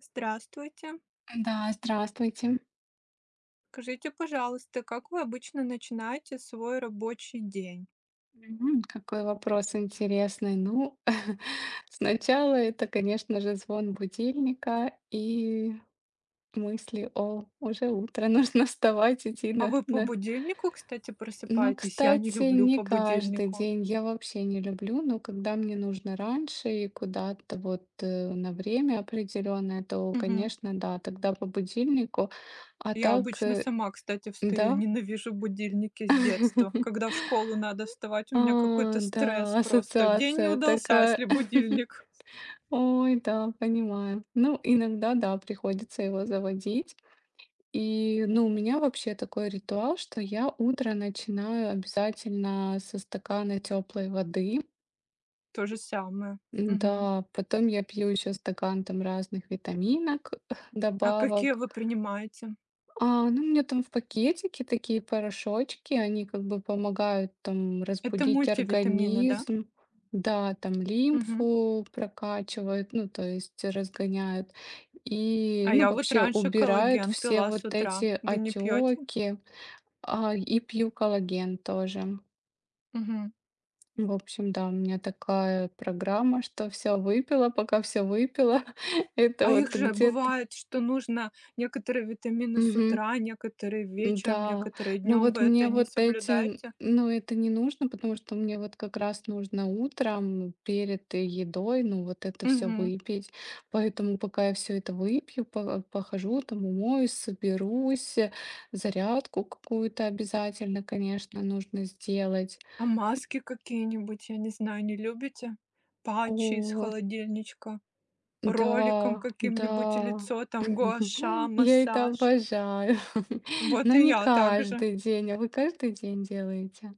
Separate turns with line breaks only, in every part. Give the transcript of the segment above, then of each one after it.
Здравствуйте.
Да, здравствуйте.
Скажите, пожалуйста, как вы обычно начинаете свой рабочий день?
Какой вопрос интересный. Ну, сначала это, конечно же, звон будильника и мысли, о, уже утро, нужно вставать, идти
А
на...
вы по
на...
будильнику, кстати,
Ну,
просыпаетесь? Я не
кстати,
люблю
не
по
каждый
будильнику.
день я вообще не люблю, но когда мне нужно раньше и куда-то вот на время определенное, то,
Мгм.
конечно, да, тогда по будильнику, а
Я
так,
обычно сама, кстати, встаю.
да.
Ненавижу будильники с детства. Когда в школу надо вставать, у меня какой-то
А,
стресс
да,
просто. День не
ассоциация
удался, если
такая.
будильник.
Ой, да, понимаю. Ну, иногда, да, приходится его заводить. И, ну, у меня вообще такой ритуал, что я утро начинаю обязательно со стакана теплой воды.
То же самое. Мгм.
Да, потом я пью еще стакан там разных витаминок,
А какие
добавок.
вы принимаете?
А, ну, у меня там в пакетике такие порошочки, они как бы помогают там
Это
разбудить
мультивитамины, да?
организм, да, там
Мгм.
лимфу прокачивают, ну, то есть разгоняют, и,
А
ну,
я вот
вообще
раньше
убирают
коллаген
все
пила с
вот
утра.
эти
Вы не пьете?
отеки, а, и пью коллаген тоже.
Мгм.
В общем, да, у меня такая программа, что все выпила, пока все выпила, это
А их
вот
же
где-то.
бывает, что нужно некоторые витамины с утра, некоторые вечером,
Да,
некоторые
но
днем. Вы
вот
это
мне
не
вот эти,
соблюдаете?
ну, это не нужно, потому что мне вот как раз нужно утром перед едой, ну, вот это все
Мгм.
выпить. Поэтому пока я все это выпью, похожу, там умоюсь, соберусь, зарядку какую-то обязательно, конечно, нужно сделать.
А маски какие-нибудь, я не знаю, не любите? Патчи из
О,
холодильничка, роликом
да,
каким-нибудь
да.
лицо, там гуаша,
Я это
массаж.
обожаю.
Вот
Но
и
не
я также,
каждый день. А вы каждый день делаете?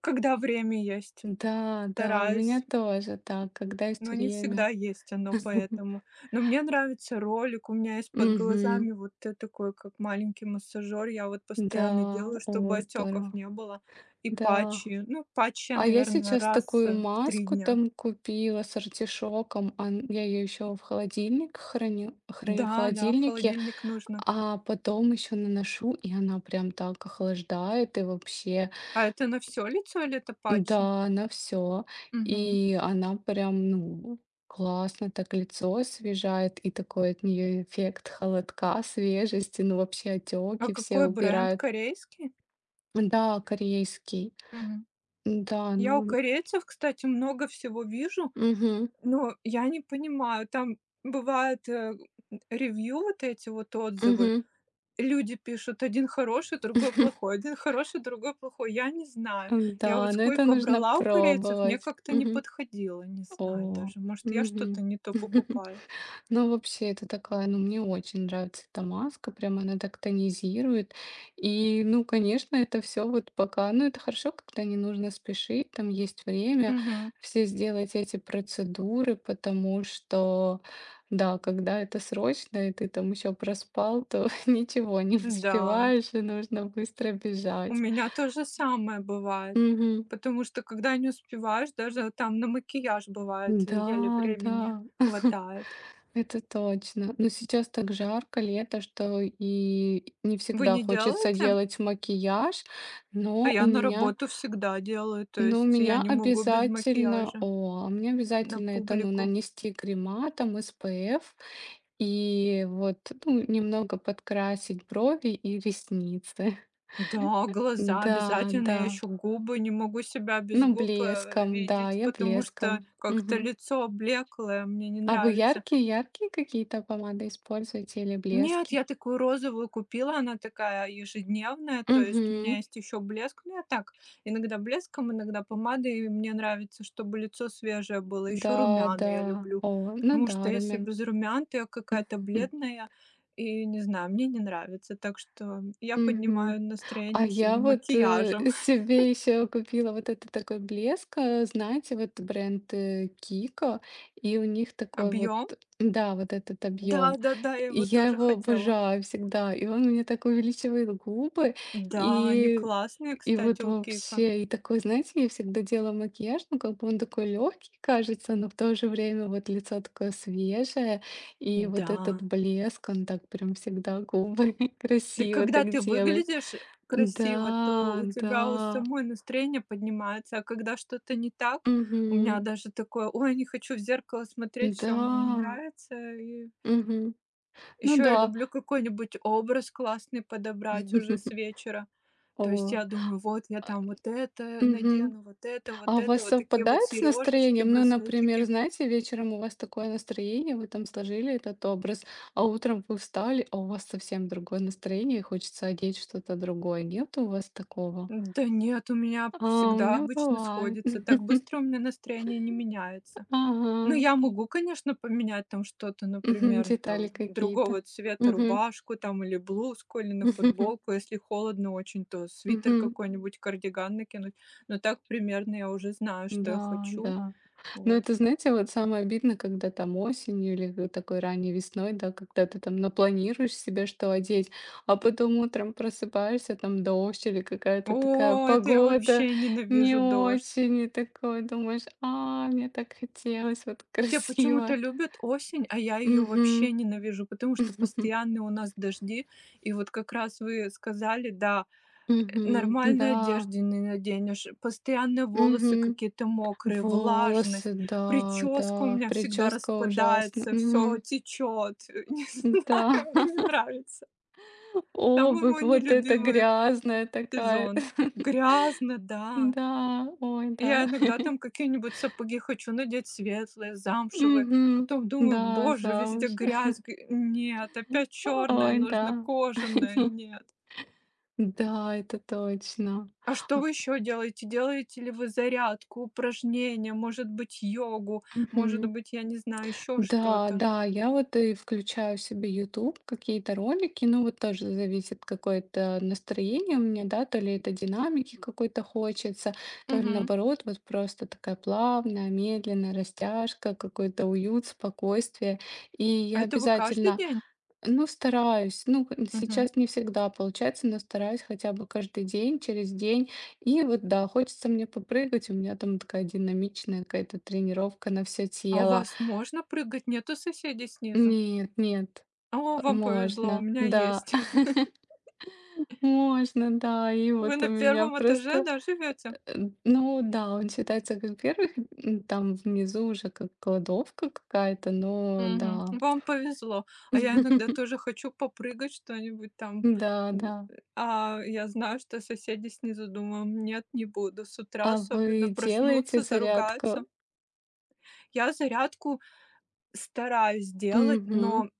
когда время есть,
Да, да, у меня
стараюсь.
тоже так, когда есть
Но не
время.
всегда есть оно, поэтому. Но мне нравится ролик, у меня есть под глазами
Мгм.
вот т такой, как маленький массажер. Я вот постоянно
Да,
делаю, чтобы
о,
отеков
здорово.
не было, и
Да.
патчи. Ну, патчи я,
А я
наверное,
сейчас
раз
такую
в три
маску
дня.
там купила с артишоком, а я ее еще в холодильник храню в
Да, да, в
холодильнике,
холодильник нужно.
а потом еще наношу, и она прям так охлаждает, и вообще
А это на все лицо или это патчи?
да, на все.
Мгм.
И она прям, ну, классно так лицо освежает, и такой от нее эффект холодка, свежести, ну, вообще
А
отеки все
какой бренд?
убирают.
Корейский?
Да, корейский.
Мгм.
Да,
Я у
ну,
корейцев, кстати, много всего вижу,
мгм,
но я не понимаю, там бывает, ревью, вот эти вот отзывы.
мгм.
Люди пишут: один хороший, другой плохой, один хороший, другой плохой. Я не знаю. Я
Да,
вот
но это
сколько
нужно
брала у корейцев, мне
пробовать.
как-то не
Мгм.
подходило. Не знаю
О,
даже, может, я что-то
мгм.
не то покупаю.
Ну, вообще, это такая, ну, мне очень нравится эта маска, прям она так тонизирует. И, ну, конечно, это все вот пока, ну, это хорошо, когда не нужно спешить, там есть время
Мгм.
все сделать эти процедуры, потому что, да, когда это срочно, и ты там еще проспал, то ничего не
Да,
успеваешь, и нужно быстро
у
бежать.
меня то же самое бывает,
Мгм.
потому что когда не успеваешь, даже там на макияж бывает, еле
Да,
времени
да.
хватает.
Это точно. Но сейчас так жарко, лето, что и не
Вы
всегда
не
хочется
делаете?
делать макияж,
А
но у
я на
меня
работу всегда делаю, то
но у
есть я
меня
не могу без
обязательно
макияжа
а мне
на
обязательно это, ну,
публику.
нанести крема, там, SPF и вот, ну, немного подкрасить брови и ресницы.
Да, глаза
Да,
обязательно.
да.
Я еще губы, не могу себя без
Ну,
губ,
блеском, да,
видеть,
я
потому что
блеском.
как-то
Мгм.
лицо облеклое, мне не
А вы
нравится.
яркие яркие какие-то помады используете или
Нет,
блески?
я такую розовую купила, она такая ежедневная, то есть у меня
Мгм.
есть еще блеск, ну я так, иногда блеском, иногда помадой, и мне нравится, чтобы лицо свежее было, еще
Да,
румяна
да.
я люблю,
О, ну
потому
да,
что если
румян.
без румян, то я какая-то
Мгм.
бледная, и не знаю, мне не нравится, так что я поднимаю
Мгм. А
настроение
я
себе
вот,
макияжем.
себе еще купила вот этот такой блеск, знаете, вот бренд, "Кико", и у них такой вот,
Объем.
да, вот этот объем.
Да-да-да, я
И
его
я
тоже
его
хотела.
обожаю всегда, и он мне так увеличивает губы,
Да, они
и
классные, кстати,
вот
у Кика.
вообще, и такой, знаете, я всегда делаю макияж, ну, как бы он такой легкий кажется, но в то же время вот лицо такое свежее. И вот
Да.
этот блеск, он так прям всегда губы
Да
красиво
когда
так
ты
делает.
выглядишь красиво, то
Да,
у тебя у
да.
самой настроение поднимается, а когда что-то не так, у меня
Мгм.
даже такое: "Ой, не хочу в зеркало смотреть,
Да.
все мне не нравится". И
Мгм. Ну
еще я
да.
люблю какой-нибудь образ классный подобрать уже с вечера. То есть
О.
я думаю: "Вот я
А,
там вот это
мгм.
надену, вот это,
А
вот
у
это,
вас
вот такие вот
совпадает с
сережечки,
настроением? Ну, например,
браслетики".
знаете, вечером у вас такое настроение, вы там сложили этот образ, а утром вы встали, а у вас совсем другое настроение, и хочется одеть что-то другое. Нет у вас такого?
Да нет, у меня
А, у
всегда
меня
обычно
бывает.
сходится. Так быстро у меня настроение не меняется.
Ага.
Ну, я могу, конечно, поменять там что-то,
Мгм.
например,
Детали
там
какие-то.
другого цвета
Мгм.
рубашку там или блузку, или на футболку. Если холодно очень, то
Мгм.
свитер
Мгм.
какой-нибудь, кардиган накинуть. Но так примерно я уже знаю, что я
Да,
хочу.
да. Но
Вот.
это, знаете, вот самое обидно, когда там осенью или вот такой ранней весной, да, когда ты там напланируешь себе, что одеть, а потом утром просыпаешься, там дождь или какая-то такая
О, это я
погода
вообще
не
ненавижу дождь.
очень, и такое, думаешь: "А, мне так хотелось, вот
Все почему-то
красиво".
любят осень, а я ее вообще
Мгм.
ненавижу, потому что постоянно у нас дожди. И вот как раз вы сказали, да,
Мгм.
нормальной
Да.
одежды не наденешь, постоянно волосы
Мгм.
какие-то мокрые,
Волосы,
влажность,
да,
прическа у
да,
меня всегда
прическа ужасна.
распадается, все
Мгм.
течет. Не
Да,
знаю, мне не нравится. Самый
обувь
мой
вот эта
нелюбимый
грязная такая.
сезон. Грязно, да.
Да, ой,
Я
да.
иногда там какие-нибудь сапоги хочу надеть светлые, замшевые.
Мгм.
Потом думаю:
Да,
"Боже, везде
замуж.
грязь". Г Нет, опять черное
Ой,
нужно,
да.
кожаное. Нет.
Да, это точно.
А что
А,
вы еще делаете? Делаете ли вы зарядку, упражнения, может быть, йогу, может
мгм.
быть, я не знаю, еще
Да,
что-то?
да, я вот и включаю себе YouTube, какие-то ролики. Ну, вот тоже зависит какое-то настроение у меня, да, то ли это динамики какой-то хочется, то ли
Мгм.
наоборот, вот просто такая плавная, медленная растяжка, какой-то уют, спокойствие. И
А
я
это вы каждый
обязательно,
день?
ну, стараюсь, ну, х
Мгм.
сейчас не всегда получается, но стараюсь хотя бы каждый день, через день. И вот да, хочется мне попрыгать, у меня там такая динамичная какая-то тренировка на все
А у
тело.
вас можно прыгать? Нету соседей снизу?
Нет, нет,
О, вам повезло, у
можно,
меня
да,
есть.
можно, да. И
Вы
вот у
на
меня
первом этаже,
просто,
да, живете?
э, ну да, он считается как 1, там внизу уже как кладовка какая-то, но
Мгм.
да.
Вам повезло. А я иногда тоже хочу попрыгать что-нибудь там.
Да,
М,
да.
А я знаю, что соседи снизу думают, нет, не буду. С утра
А
особенно
вы делаете
проснутся,
зарядку?
заругаются. Я зарядку стараюсь делать,
Мгм.
но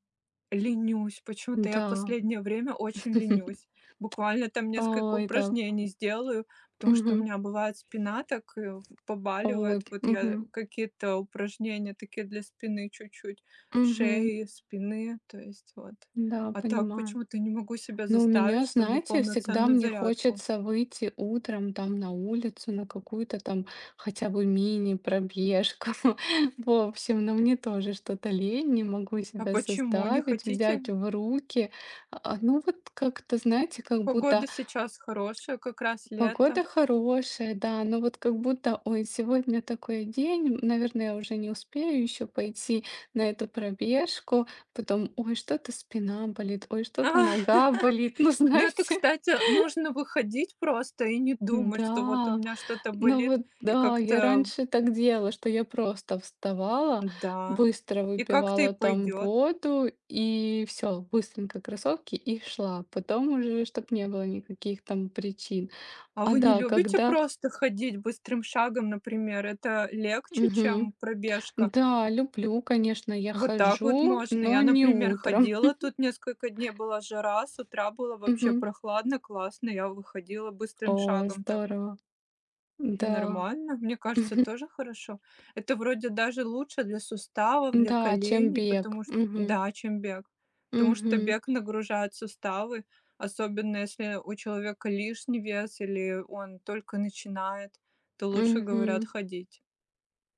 ленюсь. Почему-то я в
Да.
последнее время очень ленюсь. Буквально там несколько
Ой, да.
упражнений сделаю, потому что у
Угу.
меня бывает спина так,
Ой,
побаливает. Вот
Угу.
я какие-то упражнения такие для спины чуть-чуть,
Угу.
шеи, спины, то есть вот.
Да,
А так
понимаю.
почему-то не могу себя
Ну, у
заставить,
меня,
чтобы
знаете, всегда
полноценную
мне
зарядку.
хочется выйти утром там на улицу, на какую-то там хотя бы мини-пробежку. В общем, но мне тоже что-то лень, не могу
А
себя
почему не
заставить,
хотите?
взять в руки. А, ну, вот как-то, знаете, как
Погода
будто
сейчас хорошая, как раз лето.
погода хорошая, да, но вот как будто, ой, сегодня такой день, наверное, я уже не успею еще пойти на эту пробежку. Потом, ой, что-то спина болит, ой, что-то нога болит. Ну,
Ну, это,
знаете,
кстати, нужно выходить просто и не думать, что вот у
да,
меня что-то
ну
болит,
вот
и
да, я
как-то
раньше так делала, что я просто вставала,
да,
быстро
и как-то и
выпивала там
пойдет.
воду и все, быстренько кроссовки и шла. Потом уже, чтобы не было никаких там причин.
А
А
вы не
да,
любите
когда...
просто ходить быстрым шагом, например? Это легче,
Мгм.
чем пробежка.
Да, люблю, конечно, я
Вот так вот
хожу,
можно.
но
Я,
не
например,
утром.
ходила, тут несколько дней была жара, с утра было вообще
Мгм.
прохладно, классно. Я выходила быстрым
О,
шагом так.
здорово.
И
Да.
нормально, мне кажется, тоже хорошо. Это вроде даже лучше для суставов, для
Да, чем
коленей,
бег.
потому что
Мгм.
да, чем бег. Потому что
Мгм.
бег нагружает суставы, особенно если у человека лишний вес или он только начинает, то лучше, говорят,
Мгм.
ходить.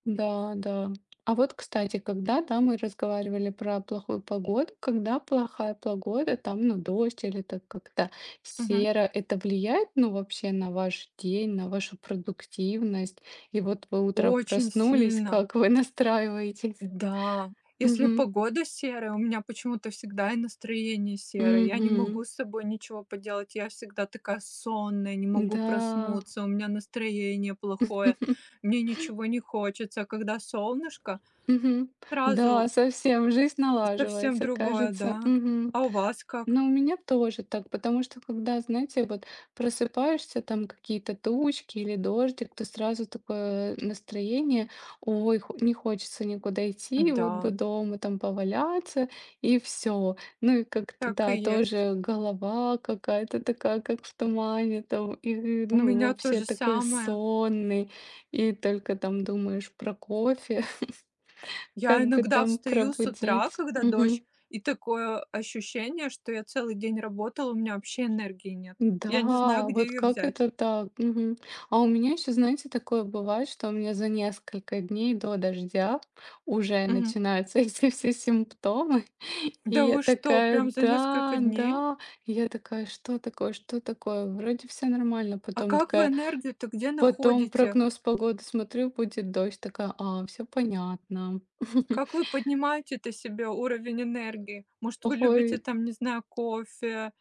Да, да. А вот, кстати, когда, да, мы разговаривали про плохую погоду, когда плохая погода, там, ну, дождь или так как-то
Мгм.
серо, это влияет, ну, вообще на ваш день, на вашу продуктивность? И вот вы утром
Очень
проснулись,
сильно.
как вы настраиваетесь?
Да, если
Мгм.
погода серая, у меня почему-то всегда и настроение серое. Я не
Мгм.
могу с собой ничего поделать. Я всегда такая сонная, не могу
Да.
проснуться, у меня настроение плохое, мне ничего не хочется. А когда солнышко,
Мгм.
сразу
Да, совсем жизнь
совсем
налаживается,
другое,
кажется.
да.
Мгм.
А у вас как?
Ну, у меня тоже так, потому что когда, знаете, вот просыпаешься, там какие-то тучки или дождик, то сразу такое настроение, ой, хо- не хочется никуда идти, вот бы
Да,
дома там поваляться, и все. Ну и как-то,
так и
да,
есть.
тоже голова какая-то такая, как в тумане, там, и,
У
ну,
меня то
вообще
же
такой
самое.
сонный, и только там думаешь про кофе,
Я
как бы
иногда
там
встаю с утра,
пробудиться.
когда дождь, и такое ощущение, что я целый день работала, у меня вообще энергии нет. Я не знаю,
Да,
где
вот
ее
как
взять.
это так? Мгм. А у меня еще, знаете, такое бывает, что у меня за несколько дней до дождя уже
Мгм.
начинаются эти все симптомы. И
Да
я
вы что,
такая,
прям за несколько
да,
дней?
да. И я такая, что такое, что такое? Вроде все нормально.
А
Потом
как вы
такая,
энергию-то где
потом
находите?
прогноз погоды смотрю, будет дождь. Такая, а, все понятно.
Как вы поднимаете-то себе уровень энергии? Может, вы
Ой,
любите там, не знаю, кофе,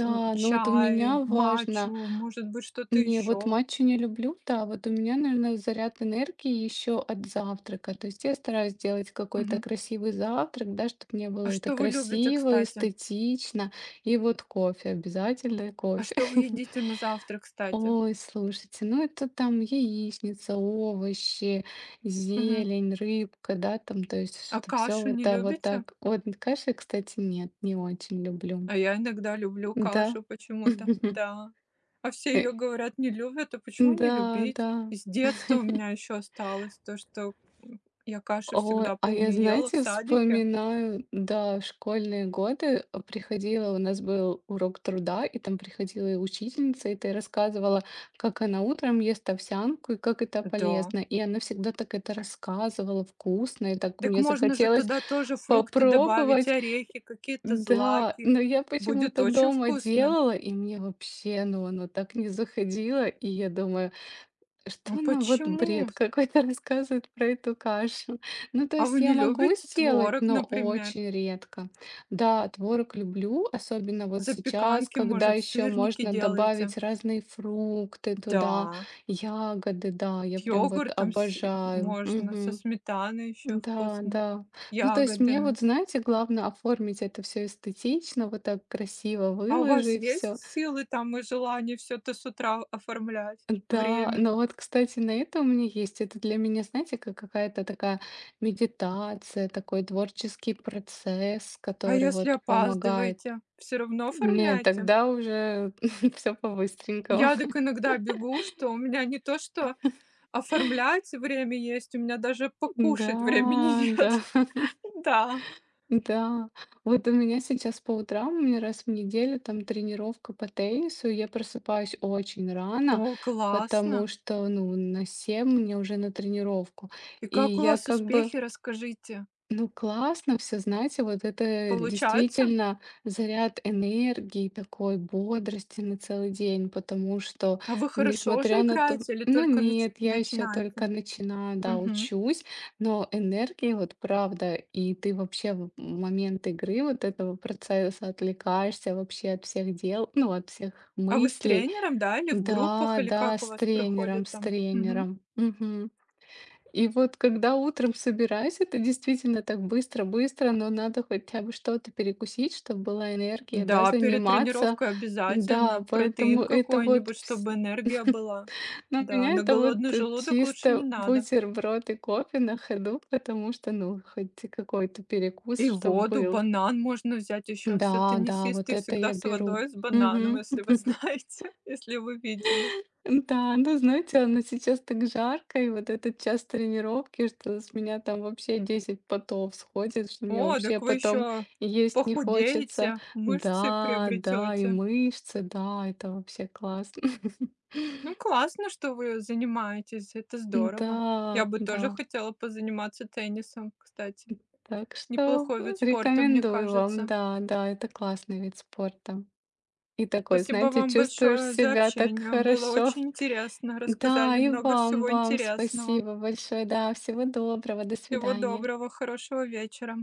ну вот у меня
чай,
важно.
матчу, может быть, что-то
Не, вот
еще?
матчу не люблю, да, вот у меня, наверное, заряд энергии еще от завтрака. То есть я стараюсь делать какой-то красивый завтрак, да, чтобы мне
А
было это
что вы любите,
красиво,
кстати?
эстетично. И вот кофе, обязательно
А
кофе.
что вы едите на завтрак, кстати?
Ой, слушайте, ну это там яичница, овощи,
Мгм.
зелень, рыбка, да, там, то есть
А
что все
кашу
вот,
не
да, вот
любите?
так. Вот каши, кстати, нет, не очень люблю.
А я иногда люблю
Да.
кашу почему-то, да. А все
Э,
ее, говорят, не любят. А почему не
Да,
любить?
да.
С детства у меня еще осталось то, что я кашу
Ой,
всегда,
а я,
помню, ела в
знаете,
садике.
вспоминаю, да, школьные годы. Приходила, у нас был урок труда, и там приходила и учительница, и ты рассказывала, как она утром ест овсянку и как это
Да.
полезно. И она всегда так это рассказывала вкусно, и так
Так
мне
можно же
захотелось
туда тоже фрукты добавить,
попробовать.
орехи, какие-то
Да,
злаки.
но я
Будет
почему-то
очень
дома
вкусно.
делала, и мне вообще, ну, оно так не заходило, и я думаю,
А
что она вот
почему?
бред какой-то рассказывает про эту кашу? Ну, то
А
есть
вы
я
не
могу
любите
сделать,
творог,
но
например?
очень редко. Да, творог люблю, особенно вот сейчас,
Запеканки,
когда
может,
еще
сырники
можно
делаете?
добавить разные фрукты туда,
Да.
ягоды, да, я
С
прям вот
йогуртом
обожаю.
можно, со
Мгм.
сметаной еще
Да,
вкусно,
да. Ну, то есть мне
ягодами.
вот, знаете, главное оформить это все эстетично, вот так красиво
А у вас
выложить
есть
все.
силы там и желание все это с утра оформлять?
Да,
Время?
но вот, кстати, на это у меня есть. Это для меня, знаете, как какая-то такая медитация, такой творческий процесс,
А
который
если
вот помогает.
опаздываете, все равно
Нет,
оформляете?
тогда уже все по-быстренькому.
Я так иногда бегу, что у меня не то что оформлять время есть, у меня даже покушать
Да,
времени
да,
нет. Да.
да. Вот у меня сейчас по утрам, у меня раз в неделю там тренировка по теннису, и я просыпаюсь очень рано,
О, классно!
потому что, ну, на 7 мне уже на тренировку.
И
И
как у
я
вас
как бы
успехи, расскажите?
ну, классно все, знаете, вот это
Получается?
действительно заряд энергии, такой бодрости на целый день, потому что,
А вы хорошо уже
несмотря на то,
играете или
ну
только
нет, я еще только
начинаете?
начинаю, да,
Мгм.
учусь, но энергии вот правда, и ты вообще в момент игры вот этого процесса отвлекаешься вообще от всех дел, ну, от всех
А вы с
мыслей.
тренером, да, или в группах,
Да,
или
да,
как у
с
вас
тренером,
проходит
с
там? Мгм.
тренером. Мгм. И вот когда утром собираюсь, это действительно так быстро-быстро, но надо хотя бы что-то перекусить, чтобы была энергия, да,
Да, перед
заниматься.
тренировкой обязательно
Да, поэтому
протеин
это вот
какой-нибудь,
вс
чтобы энергия была.
На
Да,
меня
на
это вот,
голодный желудок лучше не
чисто
надо.
бутерброд и кофе на ходу, потому что, ну, хоть и какой-то перекус,
И
чтобы
воду,
был.
банан можно взять еще. Все
Да, да, вот
теннисисты
это
всегда
я
с
беру.
водой, с бананом,
Мгм.
если вы знаете, если вы видели.
Да, ну, знаете, оно сейчас так жарко, и вот этот час тренировки, что с меня там вообще 10 потов сходит, что мне
О,
вообще
так вы
потом
еще
есть не хочется.
похудеете, мышцы
Да, да, и
приобретете.
мышцы, да, это вообще классно.
Ну, классно, что вы занимаетесь, это
Да,
здорово. Я бы тоже
да.
хотела позаниматься теннисом, кстати.
Так что
Неплохой вид спорта, мне
рекомендую вам.
кажется.
Да, да, это классный вид спорта. И такой,
Спасибо
знаете,
вам
чувствуешь
большое за
себя так
общение. Было
хорошо.
очень интересно.
Да,
Рассказали
и
много
вам,
всего
вам
интересного.
спасибо большое. Да, всего доброго, до
Всего
свидания.
доброго, хорошего вечера.